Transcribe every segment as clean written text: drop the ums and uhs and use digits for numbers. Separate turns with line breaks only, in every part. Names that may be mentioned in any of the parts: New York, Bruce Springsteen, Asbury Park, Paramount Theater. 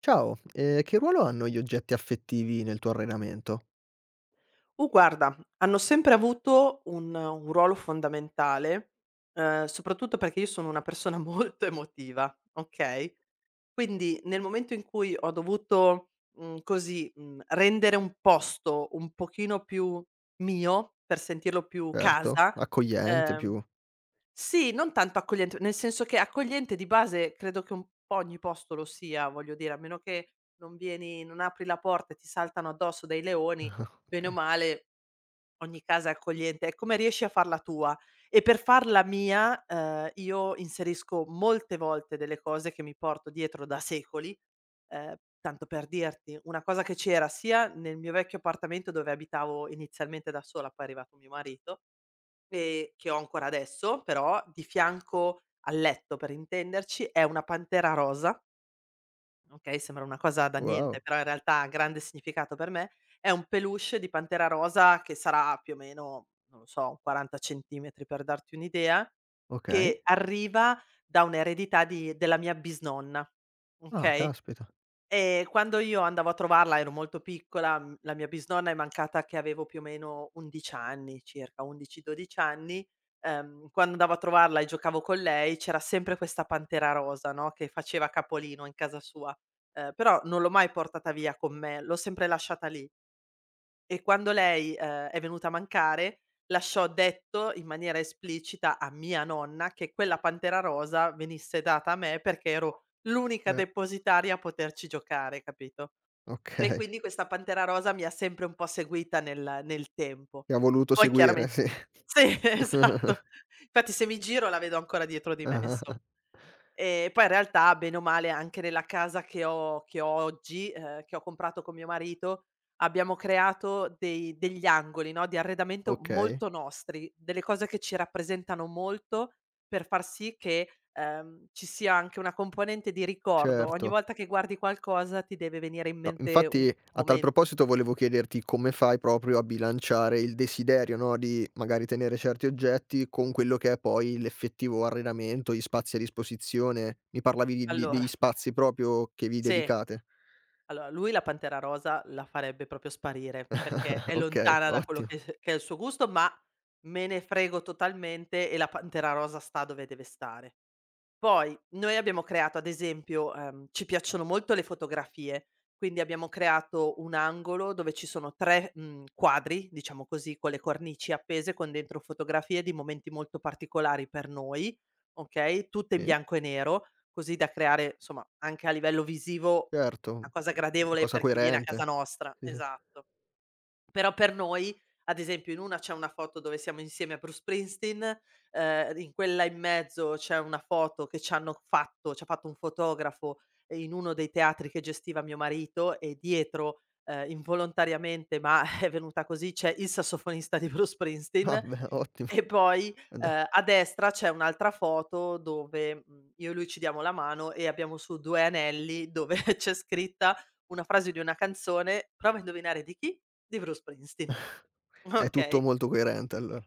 Ciao, che ruolo hanno gli oggetti affettivi nel tuo allenamento?
Guarda, hanno sempre avuto un ruolo fondamentale, soprattutto perché io sono una persona molto emotiva, okay, quindi nel momento in cui ho dovuto, così, rendere un posto un pochino più mio, per sentirlo più
Certo,
casa.
accogliente più.
ehm sì, non tanto accogliente, nel senso che accogliente di base credo che un po' ogni posto lo sia, voglio dire, a meno che non vieni non apri la porta e ti saltano addosso dei leoni. Bene o
Okay.
male ogni casa è accogliente, è come riesci a farla tua. E per farla mia, io inserisco molte volte delle cose che mi porto dietro da secoli. Tanto per dirti, una cosa che c'era sia nel mio vecchio appartamento dove abitavo inizialmente da sola, poi è arrivato mio marito, che ho ancora adesso, però di fianco al letto per intenderci, è una pantera rosa. Okay, sembra una cosa da
Wow,
niente, però in realtà ha grande significato per me. È un peluche di pantera rosa che sarà più o meno, non lo so, 40 centimetri per darti un'idea,
okay.
che arriva da un'eredità di della mia bisnonna,
Ah,
okay?
caspita.
Quando io andavo a trovarla ero molto piccola, la mia bisnonna è mancata che avevo più o meno 11 anni, circa 11, 12 anni. Quando andavo a trovarla e giocavo con lei c'era sempre questa pantera rosa, no, che faceva capolino in casa sua. Però non l'ho mai portata via con me, l'ho sempre lasciata lì. E quando lei, è venuta a mancare, lasciò detto in maniera esplicita a mia nonna che quella Pantera rosa venisse data a me perché ero l'unica
Beh,
depositaria a poterci giocare, capito? E
okay.
quindi questa Pantera rosa mi ha sempre un po' seguita nel tempo.
Ti ha voluto
Poi
seguire,
chiaramente
sì.
sì, esatto. Infatti se mi giro la vedo ancora dietro di me,
Ah-ah,
inso poi in realtà bene o male anche nella casa che ho oggi, che ho comprato con mio marito, abbiamo creato dei degli angoli, no, di arredamento
okay,
molto nostri, delle cose che ci rappresentano molto per far sì che, ci sia anche una componente di ricordo. Ogni
certo.
volta che guardi qualcosa ti deve venire in
No,
mente un
infatti a tal
momento.
proposito volevo chiederti come fai proprio a bilanciare il desiderio, no, di magari tenere certi oggetti con quello che è poi l'effettivo allenamento, gli spazi a disposizione. Mi parlavi di
Allora
degli spazi proprio che vi
sì.
dedicate.
Allora, lui la Pantera Rosa la farebbe proprio sparire, perché è
Okay,
lontana da quello che
ottimo.
s che è il suo gusto, ma me ne frego totalmente e la Pantera Rosa sta dove deve stare. Poi noi abbiamo creato ad esempio, ci piacciono molto le fotografie, quindi abbiamo creato un angolo dove ci sono 3, quadri, diciamo così, con le cornici appese con dentro fotografie di momenti molto particolari per noi, okay, tutte in
Sì,
bianco e nero, così da creare insomma anche a livello visivo
certo,
una cosa
una
gradevole
cosa
per chi viene a casa
coerente.
nostra,
Sì, sì.
esatto. Però per noi, ad esempio in una c'è una foto dove siamo insieme a Bruce Springsteen. In quella in mezzo c'è una foto che ci hanno fatto c'ha fatto un fotografo in uno dei teatri che gestiva mio marito e dietro, involontariamente, ma è venuta così, c'è il sassofonista di Bruce
Ah
Springsteen.
beh, ottimo.
E poi,
Dai,
a destra c'è un'altra foto dove, io e lui ci diamo la mano e abbiamo su 2 anelli dove c'è scritta una frase di una canzone. Prova a indovinare di chi? Di Bruce Springsteen,
è tutto
okay?
molto coerente allora.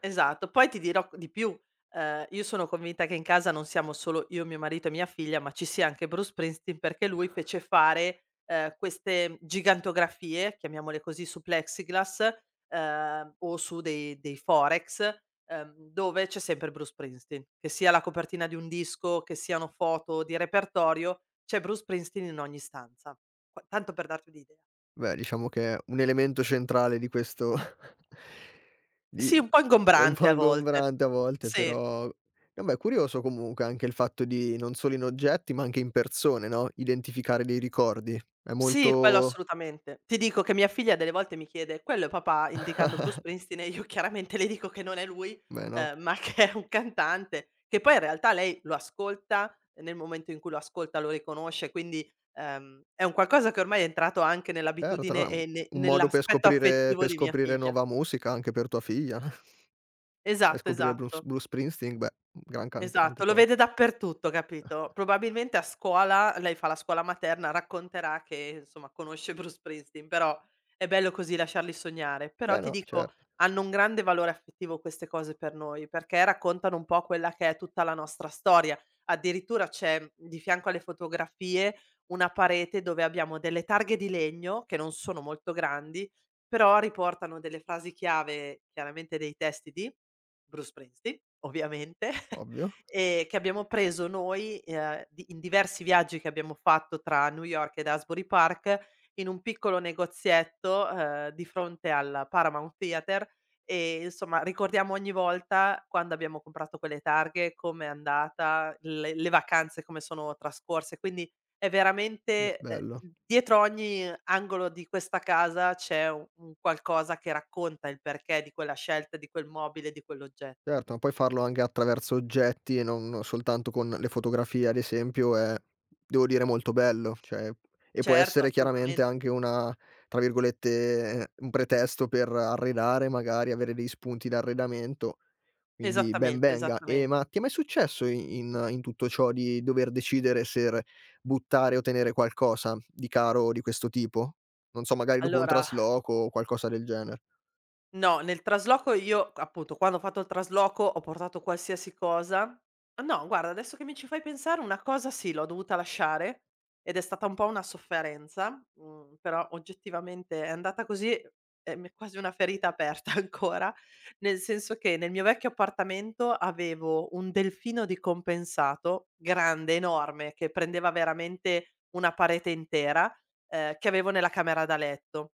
Esatto. Poi ti dirò di più, io sono convinta che in casa non siamo solo io, mio marito e mia figlia, ma ci sia anche Bruce Springsteen, perché lui fece fare, queste gigantografie, chiamiamole così, su plexiglass, o su dei forex, dove c'è sempre Bruce Springsteen. Che sia la copertina di un disco, che siano foto di repertorio, c'è Bruce Springsteen in ogni stanza. Qua tanto per darti un'idea.
Beh, diciamo che un elemento centrale di questo di
Sì, un po'
è un
ingombrante
po'
a volte.
ingombrante a volte,
Sì.
però vabbè è curioso comunque anche il fatto di non solo in oggetti, ma anche in persone, no, identificare dei ricordi. È
Sì, quello
molto
assolutamente. Ti dico che mia figlia delle volte mi chiede: "Quello è papà?" Indicando Bruce Springsteen e io chiaramente le dico che non è lui,
beh no,
ma che è un cantante, che poi in realtà lei lo ascolta, e nel momento in cui lo ascolta lo riconosce, quindi, è un qualcosa che ormai è entrato anche
certo, no,
nell'abitudine
è
e ne
un modo
nell'aspetto affettivo
per
di mia
scoprire
figlia.
nuova musica anche per tua figlia, no? Vai a
Esatto,
scoprire Bruce
esatto.
Bruce Springsteen, beh, gran cantante
Esatto, lo
poi.
vede dappertutto, capito? Probabilmente a scuola lei fa la scuola materna, racconterà che, insomma, conosce Bruce Springsteen, però è bello così lasciarli sognare. Però
Beh
ti
no,
dico,
certo,
hanno un grande valore affettivo queste cose per noi, perché raccontano un po' quella che è tutta la nostra storia. Addirittura c'è, di fianco alle fotografie, una parete dove abbiamo delle targhe di legno, che non sono molto grandi, però riportano delle frasi chiave, chiaramente dei testi di Bruce Springsteen, ovviamente.
ovvio.
Che abbiamo preso noi, di in diversi viaggi che abbiamo fatto tra New York ed Asbury Park, in un piccolo negozietto, di fronte al Paramount Theater e insomma ricordiamo ogni volta quando abbiamo comprato quelle targhe, com'è andata, le vacanze come sono trascorse. Quindi è
Be
veramente,
bello.
dietro ogni angolo di questa casa c'è u un qualcosa che racconta il perché di quella scelta, di quel mobile, di quell'oggetto.
Certo, ma poi farlo anche attraverso oggetti e non soltanto con le fotografie ad esempio è, devo dire, molto bello, cioè e può
Certo,
essere chiaramente
assolutamente.
anche una, tra virgolette, un pretesto per arredare magari, avere degli spunti d'arredamento. Quindi ben
Esattamente,
venga. E
esattamente.
ma ti è mai successo i in tutto ciò di dover decidere se r buttare o tenere qualcosa di caro di questo tipo? Non so, magari dopo un
Allora
trasloco o qualcosa del genere.
no, nel trasloco io appunto quando ho fatto il trasloco ho portato qualsiasi cosa. Ah, no, guarda adesso che mi ci fai pensare una cosa sì, l'ho dovuta lasciare ed è stata un po' una sofferenza, però oggettivamente è andata così e mi è quasi una ferita aperta ancora, nel senso che nel mio vecchio appartamento avevo un delfino decompensato, grande, enorme, che prendeva veramente una parete intera, che avevo nella camera da letto.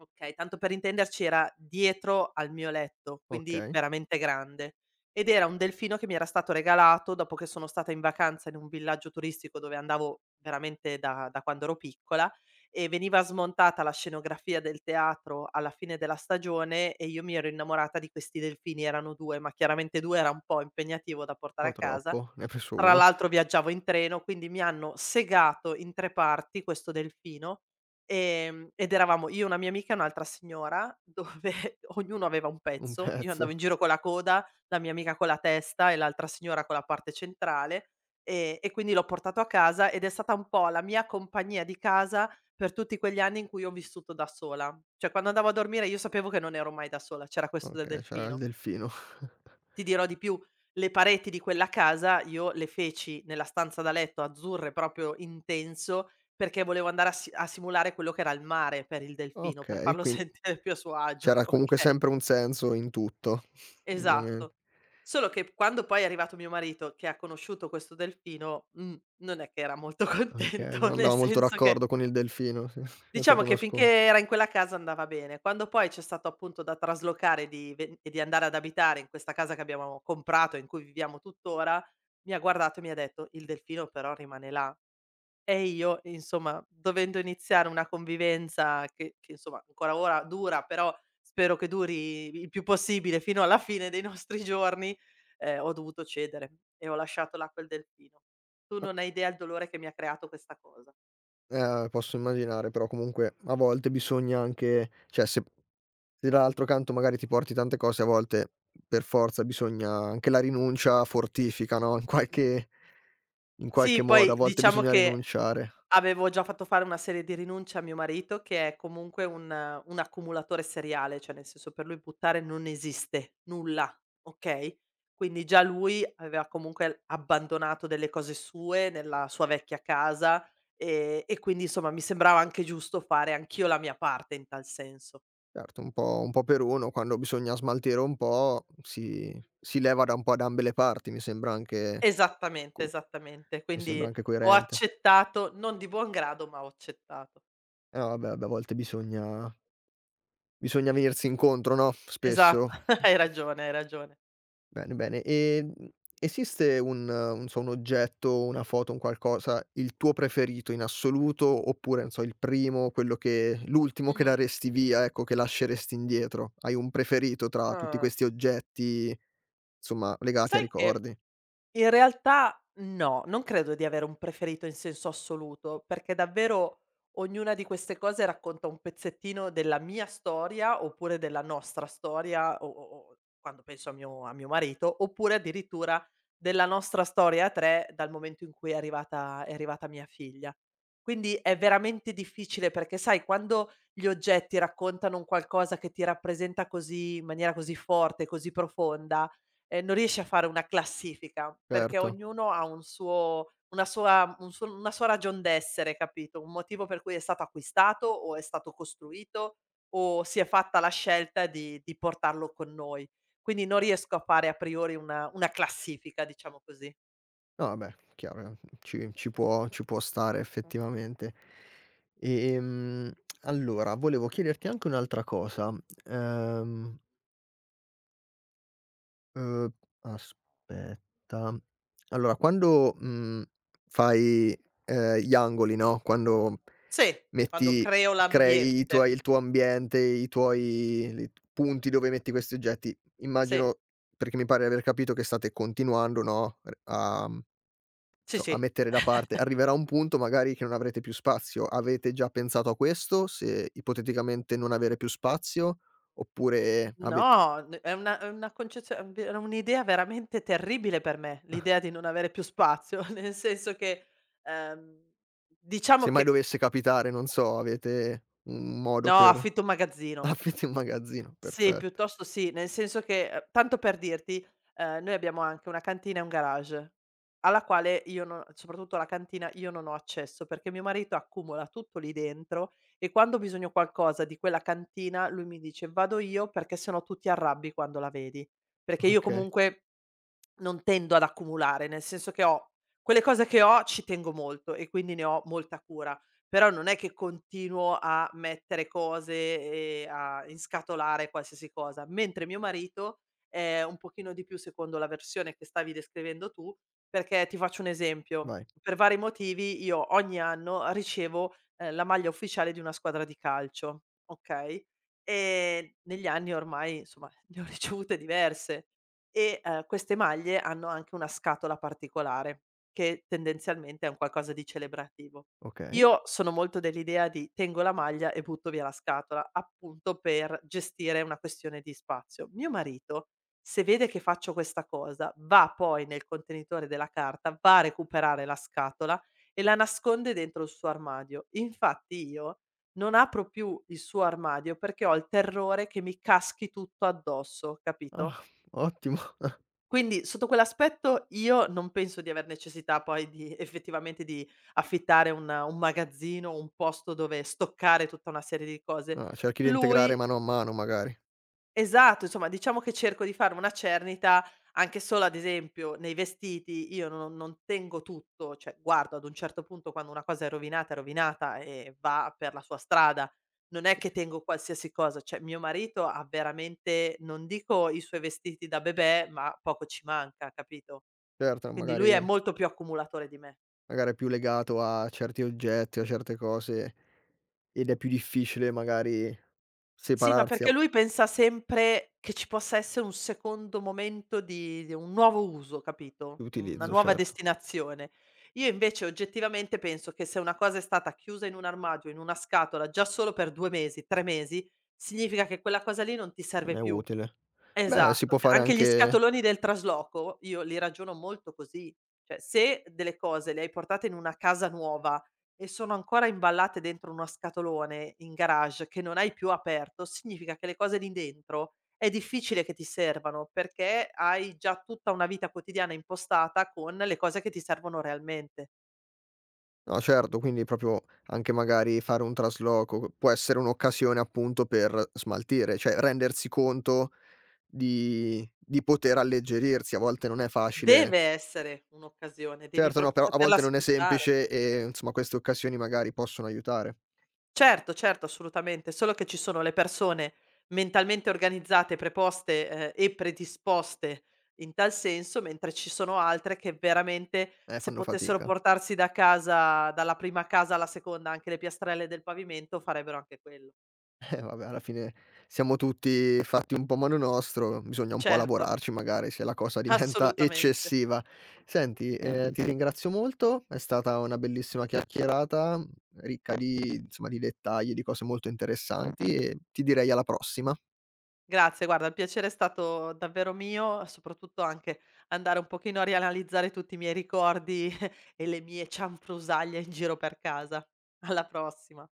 Okay, tanto per intenderci era dietro al mio letto, quindi
Okay, un
veramente grande. Ed era un delfino che mi era stato regalato dopo che sono stata in vacanza in un villaggio turistico dove andavo veramente da quando ero piccola e veniva smontata la scenografia del teatro alla fine della stagione e io mi ero innamorata di questi delfini, erano 2, ma chiaramente 2 era un po' impegnativo da portare
po'
a casa.
troppo. Ne hai preso
Tra
1,
l'altro viaggiavo in treno, quindi mi hanno segato in 3 parti questo delfino. Ed eravamo io, una mia amica e un'altra signora, dove ognuno aveva un
un
pezzo. Io andavo
pezzo.
in giro con la coda, la mia amica con la testa e l'altra signora con la parte centrale, e quindi l'ho portato a casa ed è stata un po' la mia compagnia di casa per tutti quegli anni in cui ho vissuto da sola. Cioè, quando andavo a dormire io sapevo che non ero mai da sola, c'era questo del
Okay, c'era il
delfino.
delfino.
Ti dirò di più, le pareti di quella casa io le feci nella stanza da letto azzurre proprio intenso, perché volevo andare a simulare quello che era il mare per il delfino, per
Okay,
farlo
quindi
sentire più a suo agio,
c'era comunque
okay,
sempre un senso in tutto, ovviamente.
esatto. Solo che p quando poi è arrivato mio marito che ha conosciuto questo delfino, non è che era molto
Okay,
contento,
non
nel
andava molto
senso che
d'accordo con il delfino, sì, c'è
diciamo
stato uno
che finché
scon.
era in quella casa andava bene. Quando poi c'è stato appunto da traslocare di ven e di andare ad abitare in questa casa che abbiamo comprato, in cui viviamo tuttora, mi ha guardato e mi ha detto: "Il delfino però rimane là". E io, insomma, dovendo iniziare una convivenza che insomma ancora ora dura, però spero che duri il più possibile fino alla fine dei nostri giorni, ho dovuto cedere e ho lasciato là quel delfino. Tu non hai idea il dolore che mi ha creato questa cosa.
Posso immaginare, però comunque a volte bisogna anche, cioè se se dall'altro canto magari ti porti tante cose, a volte per forza bisogna anche la rinuncia fortifica, no, in qualche
Sì,
modo, a
poi
volte
diciamo
bisogna
che
rinunciare.
avevo già fatto fare una serie di rinunce a mio marito che è comunque un accumulatore seriale, cioè nel senso per lui buttare non esiste nulla, okay, quindi già lui aveva comunque abbandonato delle cose sue nella sua vecchia casa, e quindi insomma mi sembrava anche giusto fare anch'io la mia parte in tal senso.
Certo, un po' per uno, quando bisogna smaltire un po' si leva da un po' da ambe le parti, mi sembra anche
Esattamente,
co
esattamente.
mi sembra
Quindi
anche
ho
coerente.
accettato, non di buon grado, ma ho accettato.
Vabbè, vabbè, a volte bisogna bisogna venirsi incontro, no,
Esatto,
spesso.
hai ragione, hai ragione.
Bene, bene. E, mhmm, esiste un non so, un oggetto, una foto, un qualcosa, il tuo preferito in assoluto, oppure, non so, il primo, quello che l'ultimo che
Mh-mh.
daresti via, ecco, che lasceresti indietro? Hai un preferito tra tutti
Ah.
questi oggetti, insomma, legati a
Sai che
ricordi?
in realtà no, non credo di avere un preferito in senso assoluto, perché davvero ognuna di queste cose racconta un pezzettino della mia storia, oppure della nostra storia, o quando penso a mio marito, oppure addirittura della nostra storia a 3 dal momento in cui è arrivata mia figlia. Quindi è veramente difficile perché sai quando gli oggetti raccontano un qualcosa che ti rappresenta così in maniera così forte, così profonda, non riesci a fare una classifica, perché
Certo.
ognuno ha un suo una sua un suo una sua ragion d'essere, capito, un motivo per cui è stato acquistato o è stato costruito o si è fatta la scelta di portarlo con noi. Quindi non riesco a fare a priori una classifica, diciamo così.
No, vabbè, chiaro, ci può ci può stare effettivamente. Ehm, allora volevo chiederti anche un'altra cosa. Ehm Uhm, aspetta. Allora quando, mhmm, fai, gli angoli, no, quando
Sì, quando
metti
creo
crei i tuoi
l'ambiente.
il tuo ambiente, i tuoi li punti dove metti questi oggetti,
Sì,
immagino perché mi pare di aver capito che state continuando, no, r a mhmm,
sì,
so a
sì.
mettere da parte. Arriverà un punto magari che non avrete più spazio. Avete già pensato a questo, se ipoteticamente non avere più spazio, oppure avet.
No, n è una concezio era un'idea veramente terribile per me, l'idea di non avere più spazio, nel senso che, ehm, diciamo
Se mai
che
dovesse capitare, non so, avete un modo
no,
per
affitto un magazzino.
aprite un magazzino,
Sì,
perfetto.
piuttosto sì, nel senso che tanto per dirti, noi abbiamo anche una cantina e un garage, alla quale io non soprattutto la cantina, io non ho accesso, perché mio marito accumula tutto lì dentro e quando ho bisogno qualcosa di quella cantina, lui mi dice: "Vado io perché se no tu ti arrabbi quando la vedi". Perché io
Okay,
comunque non tendo ad accumulare, nel senso che ho quelle cose che ho ci tengo molto e quindi ne ho molta cura, però non è che continuo a mettere cose e a inscatolare qualsiasi cosa, mentre mio marito è un pochino di più secondo la versione che stavi descrivendo tu, perché ti faccio un esempio:
vai.
per vari motivi io ogni anno ricevo, la maglia ufficiale di una squadra di calcio, okay, negli anni ormai, insomma, ne ho ricevute diverse. E, queste maglie hanno anche una scatola particolare, che tendenzialmente è un qualcosa di celebrativo.
Okay.
Io sono molto dell'idea di: tengo la maglia e butto via la scatola, appunto per gestire una questione di spazio. Mio marito, se vede che faccio questa cosa, va poi nel contenitore della carta, va a recuperare la scatola e la nasconde dentro il suo armadio. Infatti io non apro più il suo armadio perché ho il terrore che mi caschi tutto addosso, capito?
Ah, ottimo.
Quindi sotto quell'aspetto io non penso di aver necessità poi di effettivamente di affittare un magazzino, un posto dove stoccare tutta una serie di cose.
Ah, cerchi di integrare
Lui
mano a mano magari.
esatto, insomma diciamo che cerco di fare una cernita anche solo ad esempio nei vestiti, io non tengo tutto, cioè guardo ad un certo punto quando una cosa è rovinata e va per la sua strada. Non è
Sì,
che
sì.
tengo qualsiasi cosa, cioè mio marito ha veramente non dico i suoi vestiti da bebè, ma poco ci manca, capito?
Certo,
Quindi lui è
magari
molto più accumulatore di me.
magari è più legato a certi oggetti, a certe cose ed è più difficile magari
Sì, ma
separarsi
perché
a
lui pensa sempre che ci possa essere un secondo momento di un nuovo uso, capito, una
utilizzo,
nuova
certo.
destinazione. Io invece oggettivamente penso che se una cosa è stata chiusa in un armadio, in una scatola, già solo per 2 mesi, 3 mesi, significa che quella cosa lì non ti
Non
serve
è
più.
utile. Beh, si
Esatto,
può
cioè
fare
anche gli
anche
scatoloni del trasloco io li ragiono molto così. Cioè se delle cose le hai portate in una casa nuova e sono ancora imballate dentro uno scatolone in garage che non hai più aperto, significa che le cose lì dentro è difficile che ti servano, perché hai già tutta una vita quotidiana impostata con le cose che ti servono realmente.
no, certo, quindi proprio anche magari fare un trasloco può essere un'occasione appunto per smaltire, cioè rendersi conto di poter alleggerirsi. A volte non è facile
Deve essere un'occasione, devi
certo no,
proprio
però a
saperla
volte non è
sfruttare.
semplice e insomma queste occasioni magari possono aiutare.
Certo, certo, assolutamente, solo che ci sono le persone mentalmente organizzate, preposte, e predisposte in tal senso, mentre ci sono altre che veramente se
Fanno
potessero
fatica.
portarsi da casa dalla prima casa alla seconda anche le piastrelle del pavimento farebbero anche quello.
Eh vabbè, alla fine siamo tutti fatti un po' a modo nostro, bisogna un po'
Certo,
lavorarci magari se la cosa diventa
assolutamente.
eccessiva. Senti, ti ringrazio molto, è stata una bellissima chiacchierata, mhmm, ricca di insomma, di dettagli, di cose molto interessanti e ti direi alla prossima.
Grazie, guarda il piacere è stato davvero mio, soprattutto anche andare un pochino a rianalizzare tutti i miei ricordi e le mie cianfrusaglie in giro per casa. Alla prossima.